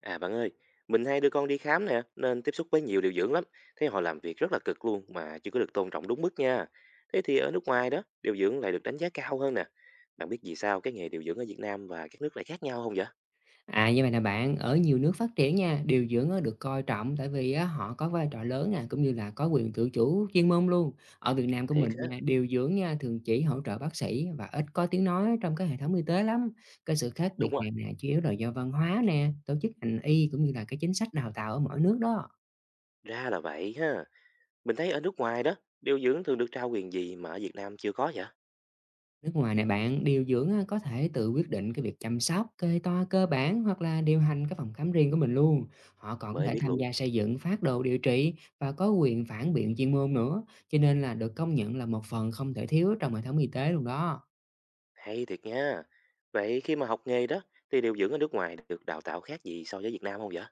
À bạn ơi, mình hay đưa con đi khám nè, nên tiếp xúc với nhiều điều dưỡng lắm. Thấy họ làm việc rất là cực luôn mà chưa có được tôn trọng đúng mức nha. Thế thì ở nước ngoài đó, điều dưỡng lại được đánh giá cao hơn nè. Bạn biết vì sao cái nghề điều dưỡng ở Việt Nam và các nước lại khác nhau không vậy? À, như vậy là bạn, ở nhiều nước phát triển nha, điều dưỡng á, được coi trọng tại vì á, họ có vai trò lớn nè, cũng như là có quyền tự chủ chuyên môn luôn. Ở Việt Nam của Thiệt mình á, nha, điều dưỡng nha thường chỉ hỗ trợ bác sĩ và ít có tiếng nói trong cái hệ thống y tế lắm. Cái sự khác đúng biệt rồi, này nè chủ yếu là do văn hóa nè, tổ chức ngành y cũng như là cái chính sách đào tạo ở mỗi nước đó. ra là vậy ha. Mình thấy ở nước ngoài đó, điều dưỡng thường được trao quyền gì mà ở Việt Nam chưa có vậy? Nước ngoài này bạn, điều dưỡng á, có thể tự quyết định cái việc chăm sóc, kê toa cơ bản hoặc là điều hành cái phòng khám riêng của mình luôn. Họ còn có Mới thể biết tham luôn. gia xây dựng phát đồ điều trị và có quyền phản biện chuyên môn nữa, cho nên là được công nhận là một phần không thể thiếu trong hệ thống y tế luôn đó. Hay thiệt nha. Vậy khi mà học nghề đó, thì điều dưỡng ở nước ngoài được đào tạo khác gì so với Việt Nam không vậy?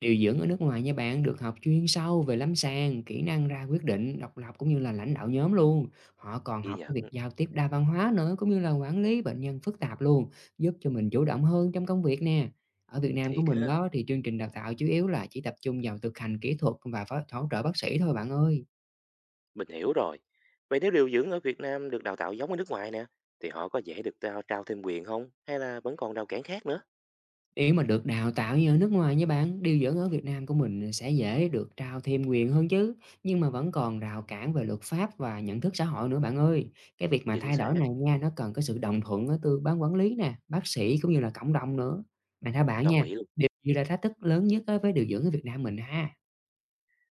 Điều dưỡng ở nước ngoài nha bạn được học chuyên sâu về lâm sàng, kỹ năng ra quyết định, độc lập cũng như là lãnh đạo nhóm luôn. Họ còn Ghi học cái nhận, việc giao tiếp đa văn hóa nữa cũng như là quản lý bệnh nhân phức tạp luôn, giúp cho mình chủ động hơn trong công việc nè. Ở Việt Nam của thiệt mình ha. đó thì chương trình đào tạo chủ yếu là chỉ tập trung vào thực hành kỹ thuật và hỗ trợ bác sĩ thôi bạn ơi. Mình hiểu rồi. Vậy nếu điều dưỡng ở Việt Nam được đào tạo giống ở nước ngoài nè, thì họ có dễ được trao thêm quyền không? Hay là vẫn còn rào cản khác nữa? Nếu mà được đào tạo như ở nước ngoài nha bạn, điều dưỡng ở Việt Nam của mình sẽ dễ được trao thêm quyền hơn chứ, nhưng mà vẫn còn rào cản về luật pháp và nhận thức xã hội nữa bạn ơi. Cái việc mà Chính thay xác, đổi này nha, nó cần cái sự đồng thuận ở từ ban quản lý nè, bác sĩ cũng như là cộng đồng nữa. Mà theo bạn đồng nha, ý luôn. điều gì là thách thức lớn nhất á với điều dưỡng ở Việt Nam mình ha?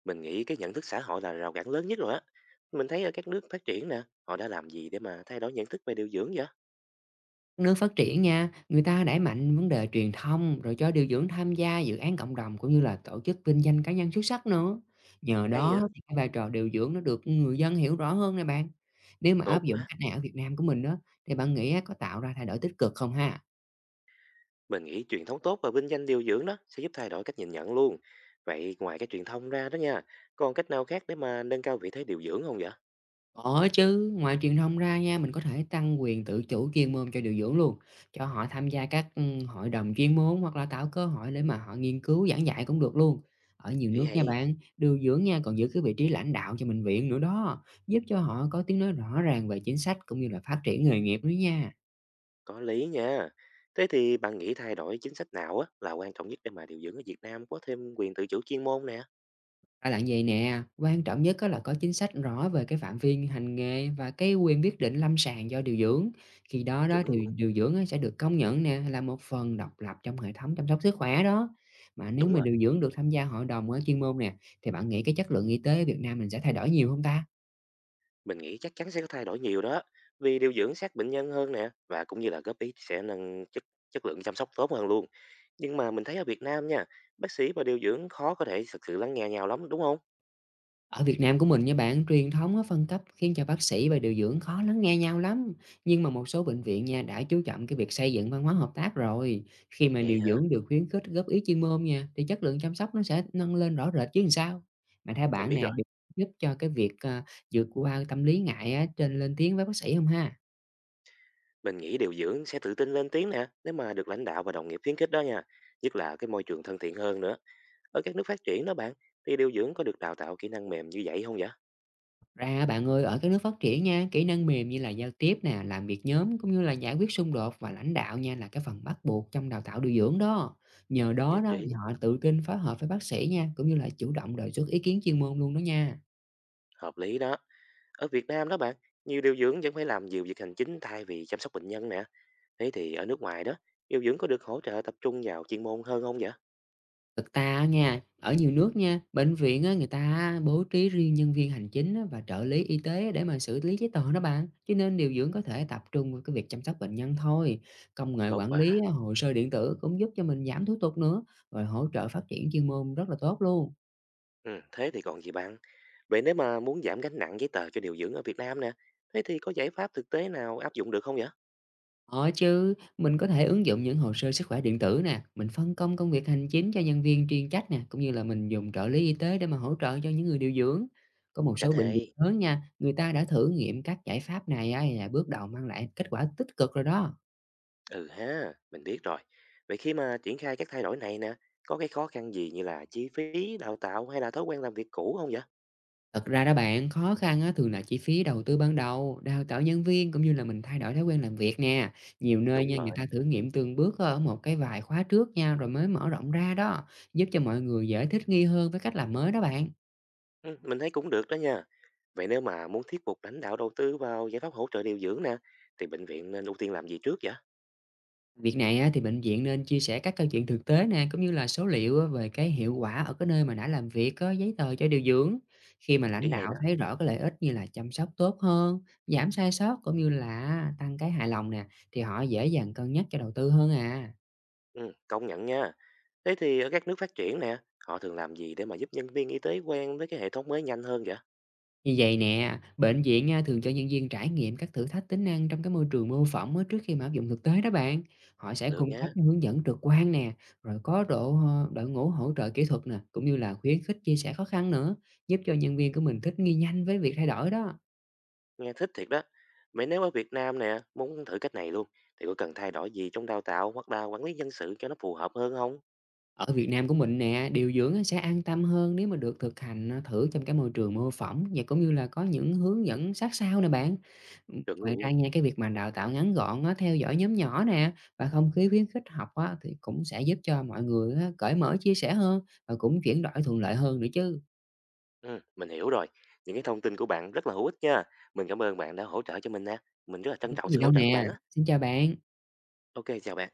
Mình nghĩ cái nhận thức xã hội là rào cản lớn nhất rồi á. Mình thấy ở các nước phát triển nè, họ đã làm gì để mà thay đổi nhận thức về điều dưỡng vậy? Nước phát triển nha, người ta đẩy mạnh vấn đề truyền thông rồi cho điều dưỡng tham gia dự án cộng đồng cũng như là tổ chức vinh danh cá nhân xuất sắc nữa. Nhờ Hay đó vậy? thì cái vai trò điều dưỡng nó được người dân hiểu rõ hơn nè bạn. Nếu mà Tốt áp dụng quá. cách này ở Việt Nam của mình đó thì bạn nghĩ á, có tạo ra thay đổi tích cực không ha? Mình nghĩ truyền thống tốt và vinh danh điều dưỡng đó sẽ giúp thay đổi cách nhìn nhận luôn. Vậy ngoài cái truyền thông ra đó nha, còn cách nào khác để mà nâng cao vị thế điều dưỡng không vậy? Có chứ, ngoài truyền thông ra nha, mình có thể tăng quyền tự chủ chuyên môn cho điều dưỡng luôn, cho họ tham gia các, hội đồng chuyên môn hoặc là tạo cơ hội để mà họ nghiên cứu giảng dạy cũng được luôn. Ở nhiều Ý nước nha hay. bạn, điều dưỡng nha còn giữ cái vị trí lãnh đạo cho bệnh viện nữa đó, giúp cho họ có tiếng nói rõ ràng về chính sách cũng như là phát triển nghề nghiệp nữa nha. Có lý nha. Thế thì bạn nghĩ thay đổi chính sách nào á là quan trọng nhất để mà điều dưỡng ở Việt Nam có thêm quyền tự chủ chuyên môn nè? Ra là vậy nè, quan trọng nhất á là có chính sách rõ về cái phạm vi hành nghề và cái quyền quyết định lâm sàng do điều dưỡng. Khi đó đó Chuẩn thì luôn. điều dưỡng á sẽ được công nhận nè là một phần độc lập trong hệ thống chăm sóc sức khỏe đó. Mà nếu Đúng mà rồi, điều dưỡng được tham gia hội đồng ở chuyên môn nè, thì bạn nghĩ cái chất lượng y tế Việt Nam mình sẽ thay đổi nhiều không ta? mình nghĩ chắc chắn sẽ có thay đổi nhiều đó. Vì điều dưỡng sát bệnh nhân hơn nè và cũng như là góp ý sẽ nâng chất chất lượng chăm sóc tốt hơn luôn. Nhưng mà mình thấy ở Việt Nam nha, bác sĩ và điều dưỡng khó có thể thực sự lắng nghe nhau lắm đúng không? Ở Việt Nam của mình nha bạn, truyền thống á, phân cấp khiến cho bác sĩ và điều dưỡng khó lắng nghe nhau lắm. Nhưng mà một số bệnh viện nha đã chú trọng cái việc xây dựng văn hóa hợp tác rồi. Khi mà Vậy điều hả? dưỡng được khuyến khích góp ý chuyên môn nha, thì chất lượng chăm sóc nó sẽ nâng lên rõ rệt chứ làm sao. Mà theo Mình bạn biết nè, rồi. điều giúp cho cái việc vượt qua tâm lý ngại á, trên lên tiếng với bác sĩ không ha? Mình nghĩ điều dưỡng sẽ tự tin lên tiếng nè, nếu mà được lãnh đạo và đồng nghiệp khuyến khích đó nha. Nhất là cái môi trường thân thiện hơn nữa. Ở các nước phát triển đó bạn, thì điều dưỡng có được đào tạo kỹ năng mềm như vậy không vậy? Ra á bạn ơi, ở các nước phát triển nha, kỹ năng mềm như là giao tiếp nè, làm việc nhóm cũng như là giải quyết xung đột và lãnh đạo nha là cái phần bắt buộc trong đào tạo điều dưỡng đó. Nhờ đó Nhất đó trí, thì họ tự tin phối hợp với bác sĩ nha, cũng như là chủ động đề xuất ý kiến chuyên môn luôn đó nha. hợp lý đó. Ở Việt Nam đó bạn, nhiều điều dưỡng vẫn phải làm nhiều việc hành chính thay vì chăm sóc bệnh nhân nè. Thế thì ở nước ngoài đó, điều dưỡng có được hỗ trợ tập trung vào chuyên môn hơn không vậy? Thực ra á nha, ở nhiều nước nha, bệnh viện á, người ta bố trí riêng nhân viên hành chính á, và trợ lý y tế để mà xử lý giấy tờ đó bạn. Cho nên điều dưỡng có thể tập trung vào cái việc chăm sóc bệnh nhân thôi. Công nghệ Tốt quản lý quá. á, hồ sơ điện tử cũng giúp cho mình giảm thủ tục nữa, rồi hỗ trợ phát triển chuyên môn rất là tốt luôn. Ừ, thế thì còn gì bạn? Vậy nếu mà muốn giảm gánh nặng giấy tờ cho điều dưỡng ở Việt Nam nè, thế thì có giải pháp thực tế nào áp dụng được không vậy? Có chứ, mình có thể ứng dụng những hồ sơ sức khỏe điện tử nè, mình phân công công việc hành chính cho nhân viên chuyên trách nè, cũng như là mình dùng trợ lý y tế để mà hỗ trợ cho những người điều dưỡng. Có một Cả số bệnh viện hay. lớn nha, người ta đã thử nghiệm các giải pháp này á, là bước đầu mang lại kết quả tích cực rồi đó. Ừ ha, mình biết rồi. Vậy khi mà triển khai các thay đổi này nè, có cái khó khăn gì như là chi phí, đào tạo hay là thói quen làm việc cũ không vậy? Thật ra đó bạn, khó khăn á, thường là chi phí đầu tư ban đầu, đào tạo nhân viên cũng như là mình thay đổi thói quen làm việc nè. Nhiều nơi Đúng nha, người ta rồi. thử nghiệm từng bước ở một cái vài khóa trước nha, rồi mới mở rộng ra đó, giúp cho mọi người dễ thích nghi hơn với cách làm mới đó bạn. Ừ, mình thấy cũng được đó nha. Vậy nếu mà muốn thuyết phục lãnh đạo đầu tư vào giải pháp hỗ trợ điều dưỡng nè, thì bệnh viện nên ưu tiên làm gì trước vậy? Việc này á, thì bệnh viện nên chia sẻ các câu chuyện thực tế nè, cũng như là số liệu á, về cái hiệu quả ở cái nơi mà đã làm việc có giấy tờ cho điều dưỡng. Khi mà lãnh Ý hay đạo đó. thấy rõ cái lợi ích như là chăm sóc tốt hơn, giảm sai sót cũng như là tăng cái hài lòng nè, thì họ dễ dàng cân nhắc cho đầu tư hơn à. Ừ, công nhận nha. Thế thì ở các nước phát triển nè, họ thường làm gì để mà giúp nhân viên y tế quen với cái hệ thống mới nhanh hơn vậy? Như vậy nè, bệnh viện á, thường cho nhân viên trải nghiệm các thử thách tính năng trong cái môi trường mô phỏng á, trước khi mà áp dụng thực tế đó bạn. Họ sẽ Được cung cấp nha. cái hướng dẫn trực quan nè, rồi có đội ngũ hỗ trợ kỹ thuật nè, cũng như là khuyến khích chia sẻ khó khăn nữa, giúp cho nhân viên của mình thích nghi nhanh với việc thay đổi đó. Nghe thích thiệt đó. Vậy nếu ở Việt Nam nè, muốn thử cách này luôn, thì có cần thay đổi gì trong đào tạo hoặc là quản lý nhân sự cho nó phù hợp hơn không? Ở Việt Nam của mình nè, điều dưỡng sẽ an tâm hơn nếu mà được thực hành, thử trong cái môi trường mô phỏng và cũng như là có những hướng dẫn sát sao nè bạn. Chuẩn Ngoài ra luôn. nha, cái việc mà đào tạo ngắn gọn á, theo dõi nhóm nhỏ nè và không khí khuyến khích học á, thì cũng sẽ giúp cho mọi người á cởi mở chia sẻ hơn và cũng chuyển đổi thuận lợi hơn nữa chứ, Ừ, mình hiểu rồi. Những cái thông tin của bạn rất là hữu ích nha. Mình cảm ơn bạn đã hỗ trợ cho mình nè. Mình rất là trân không có trọng gì sự đâu hỗ trợ của nè. bạn á. Xin chào bạn. Ok, chào bạn.